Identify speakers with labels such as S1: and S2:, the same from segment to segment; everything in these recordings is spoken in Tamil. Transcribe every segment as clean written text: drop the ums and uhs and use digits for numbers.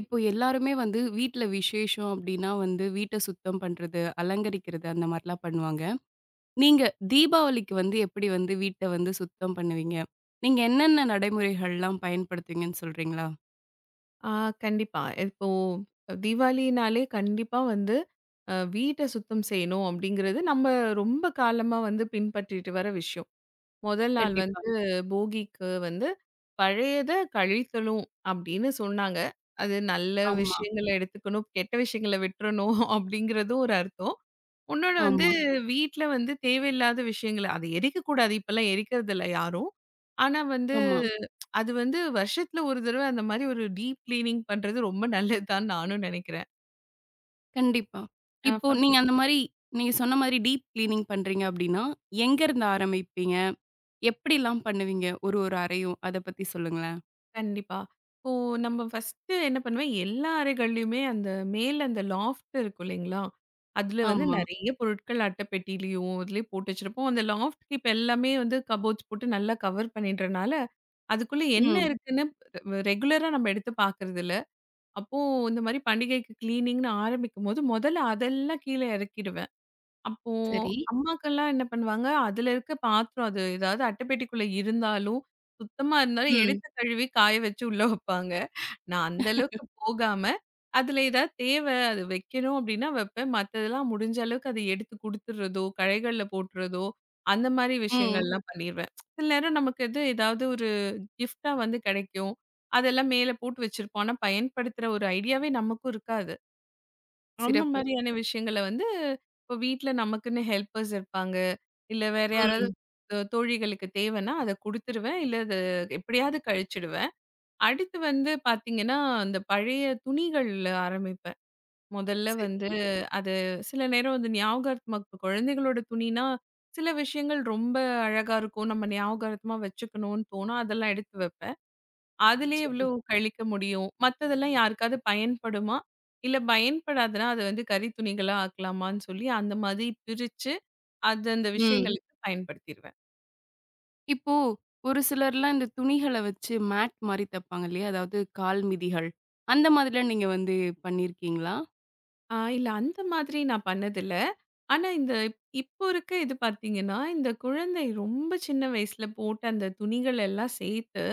S1: இப்போ எல்லாருமே வந்து வீட்ல விசேஷம் அப்டின்னா வந்து வீட்ட சுத்தம் பண்றது, அலங்கரிக்கிறது அந்த மாரிலாம் பண்ணுவாங்க. நீங்க தீபாவளிக்கு வந்து எப்படி வந்து வீட்ட வந்து சுத்தம் பண்ணுவீங்க? நீங்க என்னென்ன நடைமுறைகள்லாம் பயன்படுத்துவீங்கன்னு சொல்றீங்களா?
S2: ஆ கண்டிப்பா. இப்போ தீபாவளினாலே கண்டிப்பா வந்து வீட்ட சுத்தம் செய்யணும் அப்படிங்கிறது நம்ம ரொம்ப காலமா வந்து பின்பற்றிட்டு வர விஷயம். முதல் நாள்
S1: கண்டிப்பா.
S2: வந்து போகிக்கு வந்து பழையத கழித்தலும் அப்படின்னு சொன்னாங்க. அது நல்ல
S1: ஆமா,
S2: விஷயங்கள எடுத்துக்கணும், கெட்ட விஷயங்கள விட்டுறணும் அப்படிங்கிறதும் ஒரு அர்த்தம். உன்னோட வந்து
S1: ஆமா,
S2: வீட்ல வந்து தேவையில்லாத விஷயங்கள அது எரிக்கக்கூடாது. இப்பலாம் எரிக்கிறதில்ல யாரும். ஆனா வந்து
S1: ஆமா.
S2: ம். அது வந்து வருஷத்துல ஒரு தடவ அந்த மாரி ஒரு டீப் கிளீனிங் பண்றது ரொம்ப நல்லதுதான்னு நானும் நெனைக்கிறேன்.
S1: கண்டிப்பா.
S2: அ ஃப
S1: இப்போ நீங்க அந்த மாரி நீங்க சொன்ன மாரி டீப் கிளீனிங் பண்றீங்க அப்டின்னா, எங்கருந்து ஆரம்பிப்பீங்க? எப்படிலாம் பண்ணுவீங்க? ஒரு ஒரு அறையும் அத பத்தி சொல்லுங்களேன்.
S2: கண்டிப்பா. இப்போ நம்ம ஃபர்ஸ்ட்டு என்ன பண்ணுவேன், எல்லா அறைகள்லயுமே அந்த மேல அந்த லாஃப்ட் இருக்கும் இல்லைங்களா? அதுல வந்து
S1: ஆமா.
S2: நெறைய பொருட்கள் அட்டைப்பெட்டிலயும், இதுலயும் போட்டு வச்சிருப்போம். அந்த லாஃப்ட்க்கு இப்ப எல்லாமே வந்து கப்போர்ட்ஸ் போட்டு நல்லா கவர் பண்ணிடுறனால, அதுக்குள்ள என்ன
S1: ம்.
S2: இருக்குன்னு ரெகுலரா நம்ம எடுத்து பார்க்கறதில்ல. அப்போ இந்த மாரி பண்டிகைக்கு கிளீனிங்ன்னு ஆரம்பிக்கும்போது, முதல்ல அதெல்லாம் கீழ இறக்கிடுவேன். அப்போ
S1: சரி.
S2: அம்மாக்கெல்லாம் என்ன பண்ணுவாங்க, அதுல இருக்க பாத்திரம் அது ஏதாவது அட்டைப்பெட்டிக்குள்ள இருந்தாலும், சுத்தமா இருந்தாலும்
S1: ம்.
S2: எடுத்து கழுவி காய வச்சு உள்ள வைப்பாங்க. நான் அந்த அளவுக்கு போகாம, அதுல ஏதாவது தேவை அது வைக்கணும் அப்டின்னா வைப்பேன். மத்ததெல்லாம் முடிஞ்ச அளவுக்கு அத எடுத்து குடுத்துடுறதோ, கழைகள்ல போட்டுறதோ, அந்த மாரி
S1: ம்.
S2: விஷயங்கள்லாம் பண்ணிருவேன். சில நேரம் நமக்கு எது ஏதாவது ஒரு கிஃப்ட்டா வந்து கிடைக்கும். அதெல்லாம் மேல போட்டு வச்சிருப்போம். ஆனா, பயன்படுத்துற ஒரு ஐடியாவே நமக்கும் இருக்காது. அந்த
S1: சிறப்பு.
S2: மாதிரியான விஷயங்கள வந்து இப்போ வீட்ல நமக்குன்னு ஹெல்ப்பர்ஸ் இருப்பாங்க. இல்ல வேற யாராவது
S1: ம்.
S2: தோழிகளுக்கு தேவைன்னா, அத குடுத்துருவேன். இல்ல அது எப்படியாவது கழிச்சிடுவேன். அடுத்து வந்து பார்த்தீங்கன்னா, அந்த பழைய துணிகள்ல ஆரம்பிப்பேன். முதல்ல
S1: சரி.
S2: வந்து அது சில நேரம் வந்து ஞாபகார்த்தமா இப்ப குழந்தைகளோட துணினா, சில விஷயங்கள் ரொம்ப அழகா இருக்கும். நம்ம ஞாபகார்த்தமா வச்சுக்கணும்னு தோணும். அதெல்லாம் எடுத்து வைப்பேன். அதிலயே எவ்ளோ
S1: சரி.
S2: கழிக்க முடியும்? மத்ததெல்லாம் யாருக்காவது பயன்படுமா? இல்ல பயன்படாதுன்னா, அத வந்து கரி துணிகளா ஆக்கலாமான்னு சொல்லி, அந்த மாதிரி பிரிச்சு, அது அந்த
S1: ம்.
S2: விஷயங்களுக்கு பயன்படுத்திருவேன்.
S1: இப்போ ஒரு சிலர்லாம் இந்த துணிகள வச்சு மேட் மாரி தப்பாங்க இல்லையா? அதாவது கால் மிதிகள். அந்த மாதிரிலாம் நீங்க வந்து பண்ணியிருக்கீங்களா?
S2: ஆ இல்ல அந்த மாதிரி நான் பண்ணதில்ல. ஆனா, இந்த இப்போ இருக்க இது பார்த்தீங்கன்னா, இந்த குழந்தை ரொம்ப சின்ன வயசுல போட்ட அந்த துணிகள் எல்லாம் சேர்த்து,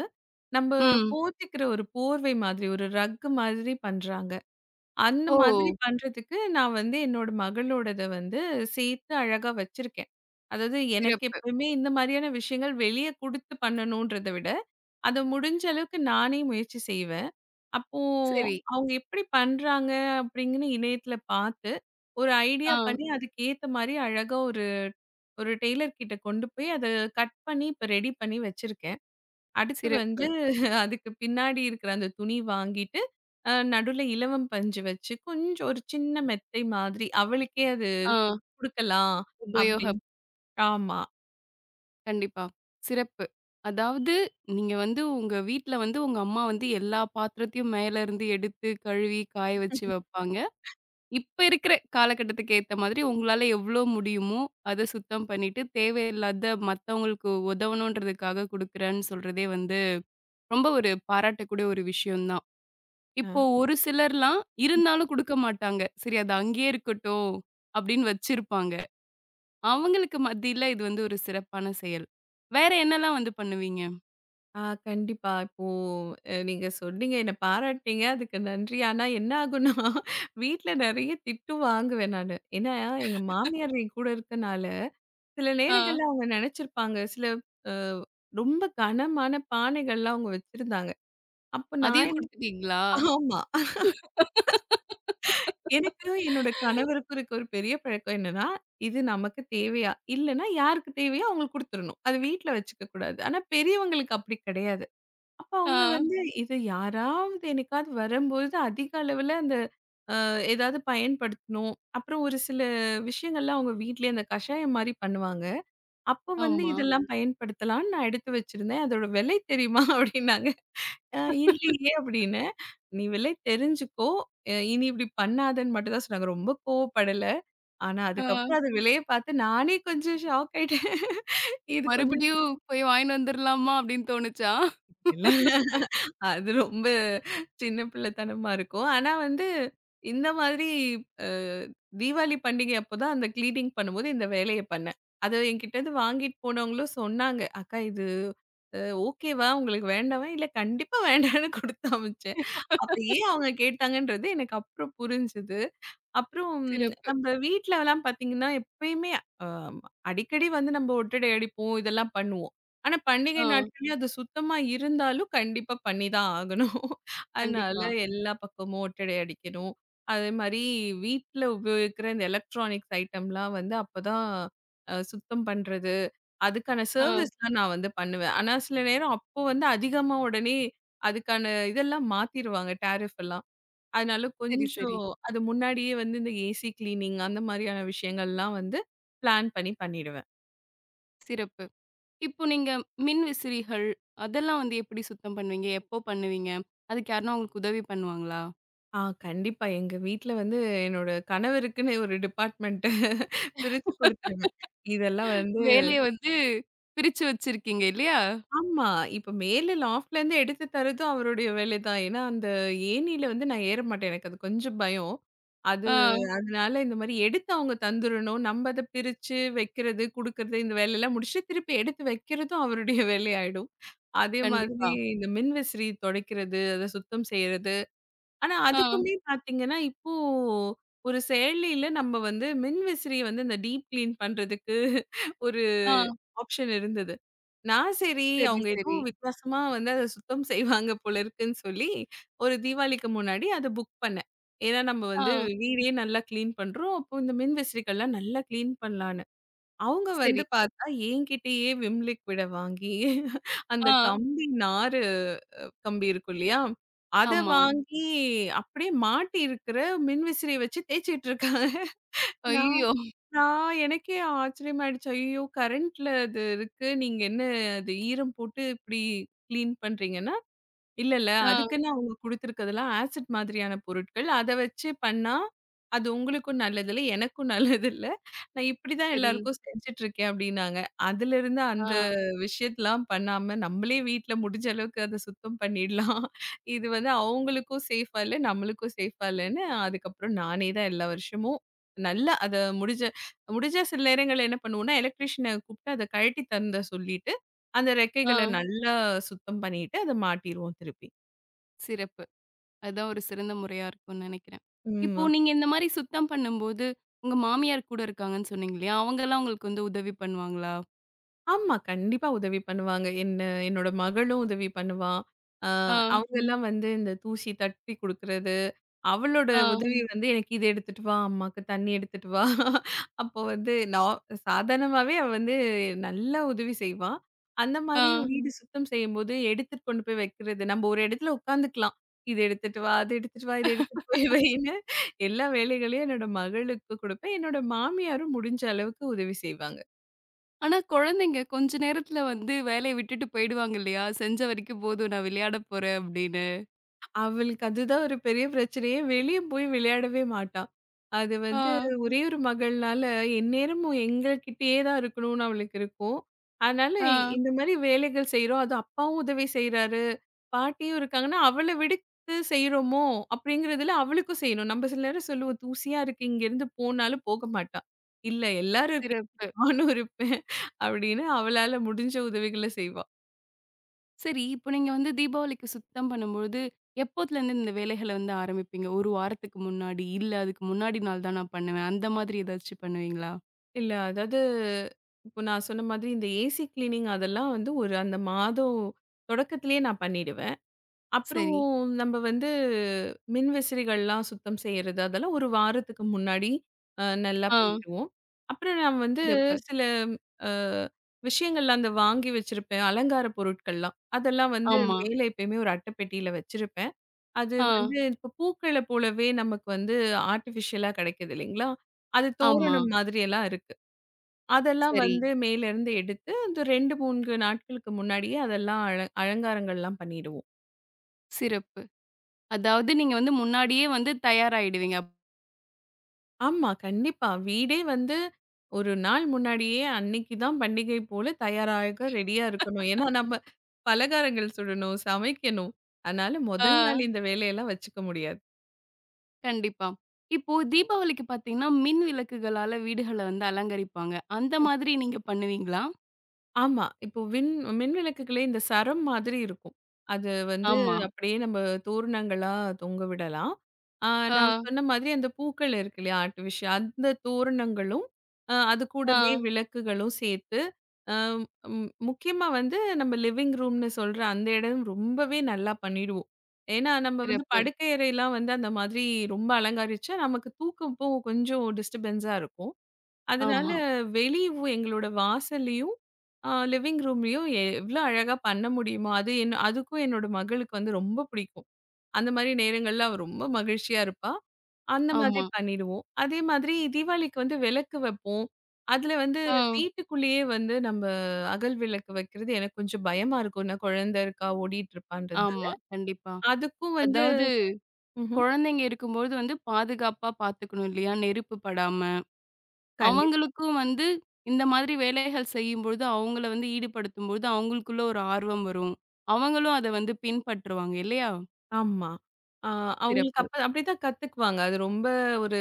S2: நம்ப
S1: ம்.
S2: போத்திக்கிற ஒரு போர்வை மாதிரி, ஒரு ரக் மாதிரி பண்றாங்க. அந்த
S1: ஓ!
S2: மாதிரி பண்றதுக்கு நான் வந்து என்னோட மகளோடத வந்து சேர்த்து அழகா வச்சிருக்கேன். அதாவது எனக்கு
S1: சிறப்பு.
S2: எப்பவுமே இந்த மாதிரியான விஷயங்கள் வெளிய குடுத்து பண்ணணுன்றத விட, அத முடிஞ்ச அளவுக்கு நானே முயற்சி செய்வேன். அப்போ
S1: சரி.
S2: அவங்க எப்படி பண்றாங்க அப்படின்னு இணையத்துல பார்த்து, ஒரு ஐடியா
S1: ஆ,
S2: பண்ணி அதுக்கு ஏத்த மாரி அழகா ஒரு ஒரு டெய்லர் கிட்ட கொண்டு போய் அத கட் பண்ணி இப்ப ரெடி பண்ணி வச்சிருக்கேன். அடுத்து வந்து
S1: சிறப்பு.
S2: அதுக்கு பின்னாடி இருக்கிற அந்த துணி வாங்கிட்டு, நடுவுல இலவம் பஞ்சு வச்சு, கொஞ்சம் ஒரு சின்ன மெத்தை மாதிரி அவளுக்கே அது
S1: ஆ,
S2: குடுக்கலாம்
S1: உபயோகம்.
S2: அப்படின்னு. ஆமா.
S1: கண்டிப்பா. சிறப்பு. அதாவது நீங்க வந்து உங்க வீட்ல வந்து உங்க அம்மா வந்து எல்லா பாத்திரத்தையும் மேல இருந்து எடுத்து கழுவி காய வச்சு வைப்பாங்க. இப்ப இருக்கிற காலகட்டத்துக்கு ஏத்த மாதிரி உங்களால எவ்வளோ முடியுமோ, அத சுத்தம் பண்ணிட்டு, தேவையில்லாத மத்தவங்களுக்கு உதவணுன்றதுக்காக குடுக்குறேன்னு சொல்றதே வந்து, ரொம்ப ஒரு பாராட்டக்கூடிய ஒரு விஷயம் தான்.
S2: அ.
S1: இப்போ ஒரு சிலர்லாம் இருந்தாலும் குடுக்க மாட்டாங்க. சரி, அது அங்கேயே இருக்கட்டும் அப்படின்னு வச்சிருப்பாங்க. அவங்களுக்கு மத்தியில இது வந்து ஒரு சிறப்பான செயல். வேற என்னலாம் வந்து பண்ணுவீங்க?
S2: ஆ கண்டிப்பா. இப்போ நீங்க சொன்னீங்க, என்ன பாராட்டுனீங்க. அதுக்கு நன்றி. ஆனா என்ன ஆகும்னா, வீட்ல நெறைய திட்டு வாங்குவேன் நானு. ஏன்னா, எங்க மாமியார் என் கூட இருக்கனால, சில
S1: ஆ.
S2: நேரங்கள்ல அவங்க நெனச்சிருப்பாங்க, சில அ ரொம்ப கனமான பானைகள்லாம் அவங்க வச்சிருந்தாங்க. அப்ப நான்
S1: அதையும்
S2: என்ன
S1: குடுத்துட்டீங்களா?
S2: ஆமா. எனக்கு என்னோட கணவருக்கும் இருக்க ஒரு பெரிய பழக்கம் என்னன்னா, இது நமக்கு தேவையா? இல்லன்னா யாருக்கு தேவையோ அவங்களுக்கு குடுத்துறணும். அது வீட்ல வச்சுக்க கூடாது. ஆனா பெரியவங்களுக்கு அப்படி கிடையாது. அப்ப
S1: ஆ.
S2: அவங்க வந்து இது யாராவது என்னைக்காவது வரும்பொழுது அதிக அளவுல அந்த ஏதாவது பயன்படுத்தணும். அப்புறம் ஒரு சில விஷயங்கள்லாம் அவங்க வீட்லயே அந்த கஷாயம் மாரி பண்ணுவாங்க. அப்ப வந்து
S1: ஆமா.
S2: இதெல்லாம் பயன்படுத்தலாம்ன்னு நான் எடுத்து வச்சிருந்தேன். அதோட விலை தெரியுமா? அப்படின்னாங்க. அ இல்லையே அப்படின்னேன். நீ விலை தெரிஞ்சுக்கோ. இனி இப்படி பண்ணாதன்னு மட்டும் தான் சொன்னாங்க. ரொம்ப கோவப்படல. ஆனா
S1: ஆ.
S2: அதுக்கப்புறம் அது விலைய பார்த்து நானே கொஞ்சம் ஷாக் ஆயிட்டேன். இது கொஞ்சம்
S1: மறுபடியும் போய் வாங்கின்னு வந்துரலாமா அப்படின்னு தோணுச்சா?
S2: இல்ல. அது ரொம்ப சின்ன பிள்ளைத்தனமா இருக்கும். ஆனா வந்து இந்த மாதிரி அ தீபாவளி பண்டிகை அப்பதான் அந்த கிளீனிங் பண்ணும்போது இந்த வேலைய பண்ணேன். அத என்கிட்டருந்து வாங்கிட்டு போனவங்களும் சொன்னாங்க. "அக்கா இது அ ஓகேவா? உங்களுக்கு வேண்டாவா?" "இல்ல கண்டிப்பா வேண்டான்னு" குடுத்து அனுப்பிச்சேன். அப்ப ஏன் அவங்க கேட்டாங்கன்றது எனக்கு அப்புறம் புரிஞ்சது. அப்புறம்
S1: சிறப்பு.
S2: நம்ம வீட்லலாம் பார்த்தீங்கன்னா, எப்பயுமே அ அடிக்கடி வந்து நம்ம ஒட்டடை அடிப்போம், இதெல்லாம் பண்ணுவோம். ஆனா, பண்டிகை
S1: ஆ,
S2: நாட்கள்லயும் அது சுத்தமா இருந்தாலும் கண்டிப்பா பண்ணி தான் ஆகணும். அதனால
S1: கண்டிப்பா.
S2: எல்லா பக்கமும் ஒட்டடை அடிக்கணும். அதே மாரி வீட்ல உபயோகிக்கிற இந்த எலக்ட்ரானிக்ஸ் ஐட்டம்லாம் வந்து அப்பதான் சுத்தம் பண்றது, அதுக்கான
S1: ஆ,
S2: சர்வீஸ்லாம் நான் வந்து பண்ணுவேன். ஆனா, சில நேரம் அப்போ வந்து அதிகமா உடனே அதுக்கான இதெல்லாம் மாத்திருவாங்க, டாரிஃப் எல்லாம். அதனால
S1: சரி,
S2: கொஞ்சம்
S1: சரி.
S2: அது முன்னாடியே வந்து இந்த ஏசி கிளீனிங் அந்த மாதிரியான விஷயங்கள்லாம் வந்து பிளான் பண்ணி பண்ணிடுவேன்.
S1: சிறப்பு. இப்போ நீங்க மின் விசிறிகள் அதெல்லாம் வந்து எப்படி சுத்தம் பண்ணுவீங்க? எப்போ பண்ணுவீங்க? அதுக்கு யாருன்னா உங்களுக்கு உதவி பண்ணுவாங்களா?
S2: ஆ கண்டிப்பா. எங்க வீட்ல வந்து என்னோட கணவருக்குன்னு ஒரு டிபார்ட்மென்ட்ட பிரிச்சு குடுத்துருவேன். இதெல்லாம் வந்து
S1: வேலைய வந்து பிரிச்சு வச்சிருக்கீங்க இல்லையா?
S2: ஆமா. இப்ப மேல லாஃப்ட்லேருந்து எடுத்து தர்றதும் அவருடைய வேலை தான். ஏன்னா, அந்த ஏணியில வந்து நான் ஏற மாட்டேன். எனக்கு அது கொஞ்சம் பயம். அது
S1: ஆ,
S2: அதனால இந்த மாரி எடுத்து அவங்க தந்துரணும். நம்ம அத பிரிச்சு வைக்கிறது, குடுக்கறது இந்த வேலையெல்லாம் முடிச்சுட்டு திருப்பி எடுத்து வைக்கிறதும் அவருடைய வேலையாயிடும். அதே மாதிரி
S1: கண்டிப்பா.
S2: இந்த மின்விசிறி துடைக்கிறது, அத சுத்தம் செய்றது. ஆனா,
S1: ஆ,
S2: அதுக்குமே பார்த்தீங்கன்னா, இப்போ ஒரு செயலியில நம்ம வந்து மின்விசிறிய வந்து இந்த டீப் கிளீன் பண்றதுக்கு ஒரு
S1: ஆ,
S2: ஆப்ஷன் இருந்தது. நான் சரி,
S1: சரி,
S2: அவங்க ஏதோ
S1: சரி.
S2: வித்தியாசமா வந்து அத சுத்தம் செய்வாங்க போல இருக்குன்னு சொல்லி, ஒரு தீபாவளிக்கு முன்னாடி அத புக் பண்ணேன். ஏன்னா நம்ம வந்து
S1: ஆ,
S2: வீடே நல்லா கிளீன் பண்றோம். அப்போ இந்த மின்விசிறிகள்லாம் நல்லா கிளீன் பண்ணலான்னு. அவங்க வந்து
S1: சரி.
S2: பார்த்தா என்கிட்டயே விம் லிக்விட வாங்கி அந்த
S1: ஆ,
S2: கம்பி நாறு கம்பி இருக்கும் இல்லையா? அத
S1: ஆமா.
S2: வாங்கி அப்படியே மாட்டி இருக்கிற மின்விசிறிய வச்சு தேய்ச்சிட்டு இருக்காங்க. நான்
S1: ஐய்யயோ!
S2: நான் எனக்கே ஆச்சரியமாயிடுச்சு. ஐயய்யோ! கரண்ட்ல அது இருக்கு. நீங்க என்ன அது ஈரம் போட்டு இப்டி கிளீன் பண்றீங்கன்னா, இல்ல, இல்ல.
S1: ஆ,
S2: அதுக்குன்னு அவங்க குடுத்துருக்கதெல்லாம் ஆசிட் மாதிரியான பொருட்கள். அத வச்சு பண்ணா, அது உங்களுக்கும் நல்லதில்ல, எனக்கும் நல்லதில்ல. நான் இப்படிதான்
S1: சரி.
S2: எல்லாருக்கும் செஞ்சுட்டுருக்கேன் அப்டின்னாங்க. அதுலருந்து
S1: ஆ,
S2: அந்த விஷயத்தலாம் பண்ணாம, நம்மளே வீட்ல முடிஞ்ச அளவுக்கு அத சுத்தம் பண்ணிடலாம். இது வந்து அவங்களுக்கும் சேஃபா இல்ல, நம்மளுக்கும் சேஃபா இல்லன்னு, அதுக்கப்புறம் நானே தான் எல்லா வருஷமும் நல்லா அத முடிஞ்ச முடிஞ்சா சில நேரங்கள்ல என்ன பண்ணுவோம்னா, எலக்ட்ரீஷியன கூப்ட்டு அத கழட்டி தந்த சொல்லிட்டு, அந்த
S1: ஆ,
S2: ரெக்கைகள நல்லா சுத்தம் பண்ணிட்டு, அத மாட்டிருவோம் திருப்பி.
S1: சிறப்பு. அதான் ஒரு சிறந்த முறையா இருக்கும்னு நினைக்கிறேன். இப்போ
S2: ம்.
S1: நீங்க இந்த மாரி சுத்தம் பண்ணும்போது, உங்க மாமியார் கூட இருக்காங்கன்னு சொன்னீங்க இல்லையா? அவங்கலாம் உங்களுக்கு வந்து உதவி பண்ணுவாங்களா?
S2: ஆமா. கண்டிப்பா உதவி பண்ணுவாங்க. என்ன என்னோட மகளும் உதவி பண்ணுவா. அ
S1: ஆ,
S2: அவங்கலாம் வந்து இந்த தூசி தட்டி குடுக்குறது. அவளோட
S1: ஆ,
S2: உதவி வந்து எனக்கு இத எடுத்துட்டு வா, அம்மாக்கு தண்ணி எடுத்துட்டு வா. அப்போ வந்து நான் சாதாரணமாவே அவ வந்து நல்லா உதவி செய்வா. அந்த
S1: ஆ.
S2: மாரி வீடு சுத்தம் செய்யும்போது எடுத்துட்டு கொண்டு போய் வைக்கிறது. நம்ம ஒரு இடத்துல உட்காந்துக்கலாம். "இத எடுத்துட்டு வா, அத எடுத்துட்டு வா, இத எடுத்துட்டு போய் வைன்னு" எல்லா வேலைகளையும் என்னோட மகளுக்கு குடுப்பேன். என்னோட மாமியாரும் முடிஞ்ச அளவுக்கு உதவி செய்வாங்க.
S1: ஆனா குழந்தைங்க கொஞ்ச நேரத்துல வந்து வேலைய விட்டுட்டு போயிடுவாங்க இல்லையா? செஞ்ச வரைக்கும் போதும், நான் விளையாட போறேன் அப்படின்னு.
S2: அவளுக்கு அதுதான் ஒரு பெரிய பிரச்சனையே. வெளிய போய் விளையாடவே மாட்டா. அது
S1: ஆ,
S2: வந்து ஒரே ஒரு மகள்னால, எந்நேரமும் எங்ககிட்டயே தான் இருக்கணும்னு அவளுக்கு இருக்கும். அதனால
S1: ஆ.
S2: இந்த மாரி வேலைகள் செய்றோம். அது அப்பாவும் உதவி செய்றாரு, பாட்டியும் இருக்காங்கன்னா, அவள விடுத்து செய்றோமோ! அப்படிங்கிறதுல அவளுக்கும் செய்யணும். நம்ம சில நேரம் சொல்லுவோம், "தூசியா இருக்கு இங்கேருந்து போனாலும்" போக மாட்டா. "இல்ல எல்லாரும் இருக்கீங்க
S1: சிறப்பு.
S2: நானும் இருப்பேன்" அப்படின்னு அவளால முடிஞ்ச உதவிகள செய்வா.
S1: சரி, இப்போ நீங்க வந்து தீபாவளிக்கு சுத்தம் பண்ணும்பொழுது, எப்போத்துலேருந்து இந்த வேலைகள வந்து ஆரம்பிப்பீங்க? 1 வாரத்துக்கு முன்னாடி, இல்ல அதுக்கு முன்னாடி நாள் தான் நான் பண்ணுவேன். அந்த மாதிரி ஏதாச்சும் பண்ணுவீங்களா?
S2: இல்ல. அதாவது, இப்போ நான் சொன்ன மாதிரி இந்த ஏசி கிளீனிங் அதெல்லாம் வந்து ஒரு அந்த மாதம் தொடக்கத்திலேயே நான் பண்ணிடுவேன். அப்புறம்
S1: சரி.
S2: நம்ம வந்து மின்விசிறிகள்லாம் சுத்தம் செய்றது, அதெல்லாம் ஒரு வாரத்துக்கு முன்னாடி நல்லா
S1: ஆ.
S2: பண்ணிருவோம். அப்புறம் நான் வந்து
S1: சிறப்பு.
S2: சில அ விஷயங்கள்லாம் அந்த வாங்கி வச்சிருப்பேன். அலங்கார பொருட்கள்லாம். அதெல்லாம் வந்து
S1: ஆமா.
S2: மேல எப்பயுமே ஒரு அட்டைப்பெட்டியில வச்சிருப்பேன். அது
S1: ஆ,
S2: வந்து இப்போ பூக்கள போலவே நமக்கு வந்து ஆர்ட்டிஃபிஷியலா கிடைக்குது இல்லைங்களா? அது
S1: ஆமா.
S2: தோரணம் மாதிரி எல்லாம் இருக்கு. அதெல்லாம்
S1: சரி,
S2: வந்து மேலருந்து எடுத்து, அந்த 2, 3 நாட்களுக்கு முன்னாடியே அதெல்லாம் அலங்காரங்கள்லாம் பண்ணிடுவோம்.
S1: சிறப்பு. அதாவது நீங்க வந்து முன்னாடியே வந்து தயாராயிடுவீங்க.
S2: ஆமா, கண்டிப்பா. வீடே வந்து 1 நாள் முன்னாடியே அன்னைக்கு தான் பண்டிகை போல தயாராக ரெடியா இருக்கணும். ஏன்னா, நம்ம பலகாரங்கள் சுடணும், சமைக்கணும். அதனால
S1: ஆ,
S2: முதல் நாள் இந்த வேலையெல்லாம் வச்சுக்க முடியாது.
S1: கண்டிப்பா. இப்போ தீபாவளிக்கு பார்த்தீங்கன்னா, மின் விளக்குகளால வீடுகள வந்து அலங்கரிப்பாங்க. அந்த மாதிரி நீங்க பண்ணுவீங்களா?
S2: ஆமா. இப்போ மின்விளக்குகளே இந்த சரம் மாதிரி இருக்கும். அது வந்து
S1: ஆமா.
S2: அப்படியே நம்ம தோரணங்களா தொங்க விடலாம். ஆ நான்
S1: ஆ,
S2: சொன்ன மாதிரி அந்த பூக்கள் இருக்கு இல்லையா? ஆர்டிஃபிஷியல் அந்த தோரணங்களும், அது
S1: ஆ,
S2: கூடவே விளக்குகளும் சேர்த்து, அ ம் முக்கியமா வந்து நம்ம லிவிங் ரூம்னு சொல்ற அந்த இடம் ரொம்பவே நல்லா பண்ணிடுவோம். ஏன்னா நம்ம வந்து
S1: சிறப்பு.
S2: படுக்கை அறைலாம் வந்து அந்த மாதிரி ரொம்ப அலங்கரிச்சா நமக்கு தூக்கம் இப்போ கொஞ்சம் டிஸ்டர்பன்ஸா இருக்கும். அதனால
S1: ஆமா,
S2: வெளி வ் எங்களோட வாசல்லயும், லிவிங் ரூம்லயும் எவ்ளோ அழகா பண்ண முடியுமோ, அது அதுக்கும் என்னோட மகளுக்கு வந்து ரொம்ப பிடிக்கும். அந்த மாரி நேரங்கள்ல அவ ரொம்ப மகிழ்ச்சியா இருப்பா. அந்த மாதிரி
S1: ஆமா.
S2: பண்ணிடுவோம். அதே மாதிரி தீபாவளிக்கு வந்து விளக்கு வைப்போம். அதுல வந்து
S1: ஆ,
S2: வீட்டுக்குள்ளேயே வந்து நம்ம அகல் விளக்கு வைக்கிறது எனக்கு கொஞ்சம் பயமா இருக்கும். ஏன்னா குழந்தை இருக்கா, ஓடிட்டு இருப்பான்றது.
S1: ஆமா. கண்டிப்பா.
S2: அதுக்கும் வந்து
S1: அதாவது
S2: ம்ஹ்ம்.
S1: குழந்தைங்க இருக்கும்போது வந்து பாதுகாப்பா பார்த்துக்கணும் இல்லையா? நெருப்பு படாம.
S2: கண்டிப்பா.
S1: அவங்களுக்கும் வந்து இந்த மாதிரி வேலைகள் செய்யும்பொழுது, அவங்கள வந்து ஈடுபடுத்தும்பொழுது, அவங்களுக்குள்ள ஒரு ஆர்வம் வரும். அவங்களும் அத வந்து பின்பற்றுவாங்க இல்லையா?
S2: ஆமா. அ அவங்களுக்கு
S1: சிறப்பு.
S2: அப்ப அப்படிதான் கத்துக்குவாங்க. அது ரொம்ப ஒரு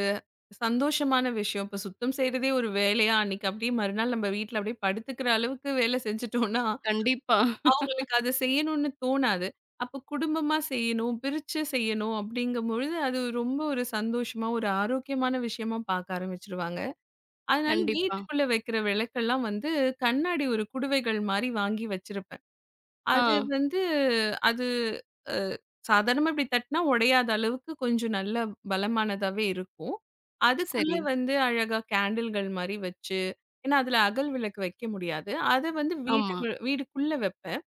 S2: சந்தோஷமான விஷயம். இப்ப சுத்தம் செய்றதே ஒரு வேலையா, அன்னைக்கு அப்படியே மறுநாள் நம்ம வீட்ல அப்படியே படுத்துக்கிற அளவுக்கு வேல செஞ்சுட்டோம்னா,
S1: கண்டிப்பா,
S2: அவங்களுக்கு அத செய்யணும்னு தோணாது. அப்போ குடும்பமா செய்யணும், பிரிச்சு செய்யணும் அப்படிங்கும்பொழுது, அது ரொம்ப ஒரு சந்தோஷமா, ஒரு ஆரோக்கியமான விஷயமா பார்க்க ஆரம்பிச்சுருவாங்க. அதனால
S1: கண்டிப்பா.
S2: வீட்டுக்குள்ள வைக்கிற விளக்கெல்லாம் வந்து கண்ணாடி ஒரு குடுவைகள் மாரி வாங்கி வச்சிருப்பேன்.
S1: ஆ,
S2: அது வந்து அது அ சாதாரணமா இப்டி தட்னா உடையாத அளவுக்கு கொஞ்சம் நல்ல பலமானதாவே இருக்கும். அதுக்குள்ள
S1: சரி.
S2: வந்து அழகா கேண்டில்கள் மாரி வச்சு ஏன்னா அதுல அகல் விளக்கு வைக்க முடியாது. அத வந்து
S1: ஆமா.
S2: வீடுக்குள்ள வைப்பேன்.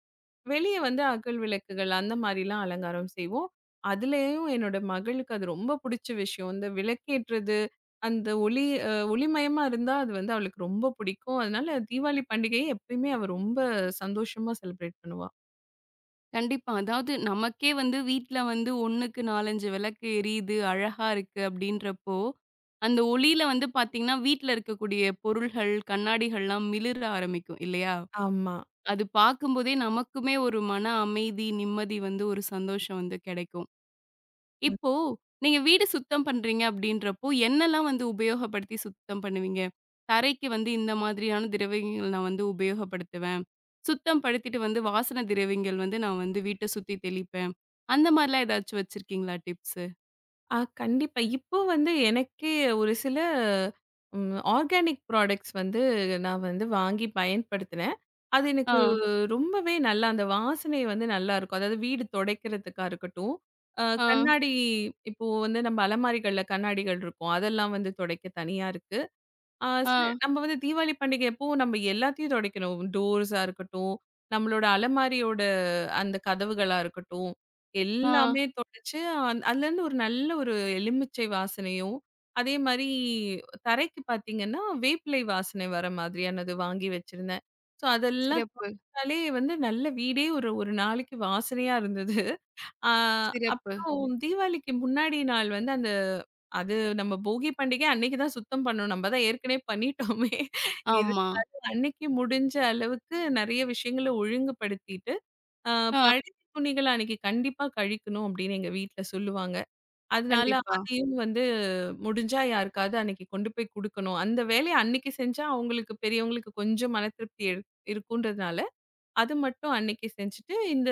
S2: வெளிய வந்து அகல் விளக்குகள் அந்த மாரிலாம் அலங்காரம் செய்வோம். அதுலயும் என்னோட மகளுக்கு அது ரொம்ப புடிச்ச விஷயம். இந்த விளக்கேற்றது, அந்த ஒளி ஒளிமயமா இருந்தா அது வந்து அவளுக்கு ரொம்ப பிடிக்கும். அதனால தீபாவளி பண்டிகையை எப்பயுமே அவ ரொம்ப சந்தோஷமா செலிப்ரேட் பண்ணுவா.
S1: கண்டிப்பா. அதாவது நமக்கே வந்து வீட்ல வந்து 1க்கு 4, 5 விளக்கு எரியுது, அழகா இருக்கு அப்படின்றப்போ, அந்த ஒளியில வந்து பார்த்தீங்கன்னா, வீட்ல இருக்கக்கூடிய பொருள்கள், கண்ணாடிகள்லாம் மிளிர ஆரம்பிக்கும் இல்லையா?
S2: ஆமா.
S1: அது பார்க்கும்போதே நமக்குமே ஒரு மன அமைதி, நிம்மதி வந்து ஒரு சந்தோஷம் வந்து கிடைக்கும். இப்போ நீங்க வீடு சுத்தம் பண்றீங்க அப்படின்றப்போ, என்னல்லாம் வந்து உபயோகப்படுத்தி சுத்தம் பண்ணுவீங்க? தரைக்கு வந்து இந்த மாதிரியான திரவியங்கள் நான் வந்து உபயோகப்படுத்துவேன். சுத்தம் படுத்திட்டு வந்து வாசன திரவியங்கள் வந்து நான் வந்து வீட்ட சுத்தி தெளிப்பேன். அந்த மாரிலாம் ஏதாச்சும் வச்சிருக்கீங்களா டிப்ஸு?
S2: ஆ கண்டிப்பா. இப்போ வந்து எனக்கே ஒரு சில ஆர்கானிக் ப்ராடக்ட்ஸ் வந்து நான் வந்து வாங்கி பயன்படுத்தினேன். அது எனக்கு
S1: ஆ,
S2: ரொம்பவே நல்லா அந்த வாசனை வந்து நல்லாருக்கும். அதாவது வீடு துடைக்கிறதுக்கா இருக்கட்டும், அ
S1: ஆ,
S2: கண்ணாடி இப்போ வந்து நம்ம அலமாரிகள்ல கண்ணாடிகள் இருக்கும். அதெல்லாம் வந்து துடைக்க தனியா இருக்கு. ஆ சில
S1: ஆ,
S2: நம்ம வந்து தீபாவளி பண்டிகை அப்போ நம்ம எல்லாத்தையும் துடைக்கணும். டோர்ஸா இருக்கட்டும், நம்மளோட அலமாரியோட அந்த கதவுகளா இருக்கட்டும்,
S1: ஆ.
S2: எல்லாமே தொடச்சு அதுலேருந்து ஒரு நல்ல ஒரு எலுமிச்சை வாசனையும், அதே மாரி தரைக்கு பார்த்தீங்கன்னா, வேப்பிலை வாசனை வர மாதிரியானது வாங்கி வச்சிருந்தேன். ஸோ அதெல்லாம்
S1: சிறப்பு,
S2: தொடச்சாலே வந்து நல்ல வீடே ஒரு ஒரு நாளைக்கு வாசனையா இருந்தது. ஆ
S1: சிறப்பு.
S2: அப்புறம் தீபாவளிக்கு முன்னாடி நாள் வந்து அது நம்ம போகி பண்டிகை அன்னைக்கு தான் சுத்தம் பண்ணணும். நம்ம தான் ஏற்கனவே பண்ணிட்டோமே. இது
S1: ஆமா.
S2: அன்னைக்கு முடிஞ்ச அளவுக்கு நெறைய விஷயங்கள ஒழுங்குபடுத்திட்டு ஆ
S1: ஆ.
S2: பழைய துணிகள அன்னைக்கு கண்டிப்பா கழிக்கணும் அப்படின்னு எங்க வீட்ல சொல்லுவாங்க. அதனால
S1: கண்டிப்பா.
S2: அதையும் வந்து முடிஞ்சா யாருக்காவது அன்னைக்கு கொண்டு போய் குடுக்கணும். அந்த வேலைய அன்னைக்கு செஞ்சா அவங்களுக்கு பெரியவங்களுக்கு கொஞ்சம் மன திருப்தி இருக்குன்றதுனால, அது மட்டும் அன்னைக்கு செஞ்சுட்டு, இந்த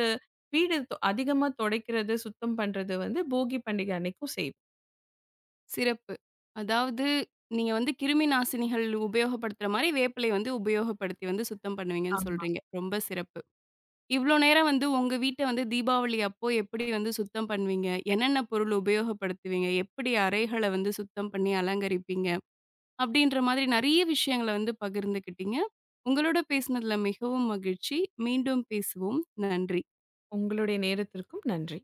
S2: வீடு அதிகமா தொடைக்கிறது, சுத்தம் பண்றது வந்து போகி பண்டிகை அன்னைக்கும் செய்வேன்.
S1: சிறப்பு. அதாவது நீங்க வந்து கிருமி நாசினிகள் உபயோகப்படுத்துற மாரி வேப்பிலை வந்து உபயோகப்படுத்தி வந்து சுத்தம் பண்ணுவீங்கன்னு
S2: ஆமா.
S1: சொல்றீங்க. ரொம்ப சிறப்பு. இவ்ளோ நேரம் வந்து உங்க வீட்ட வந்து தீபாவளி அப்போ எப்படி வந்து சுத்தம் பண்ணுவீங்க? என்னென்ன பொருள் உபயோகப்படுத்துவீங்க? எப்படி அறைகள வந்து சுத்தம் பண்ணி அலங்கரிப்பீங்க? அப்படின்ற மாதிரி நெறைய விஷயங்கள வந்து பகிர்ந்துக்கிட்டீங்க. உங்களோட பேசினதுல மிகவும் மகிழ்ச்சி. மீண்டும் பேசுவோம். நன்றி.
S2: உங்களுடைய நேரத்திற்கும் நன்றி.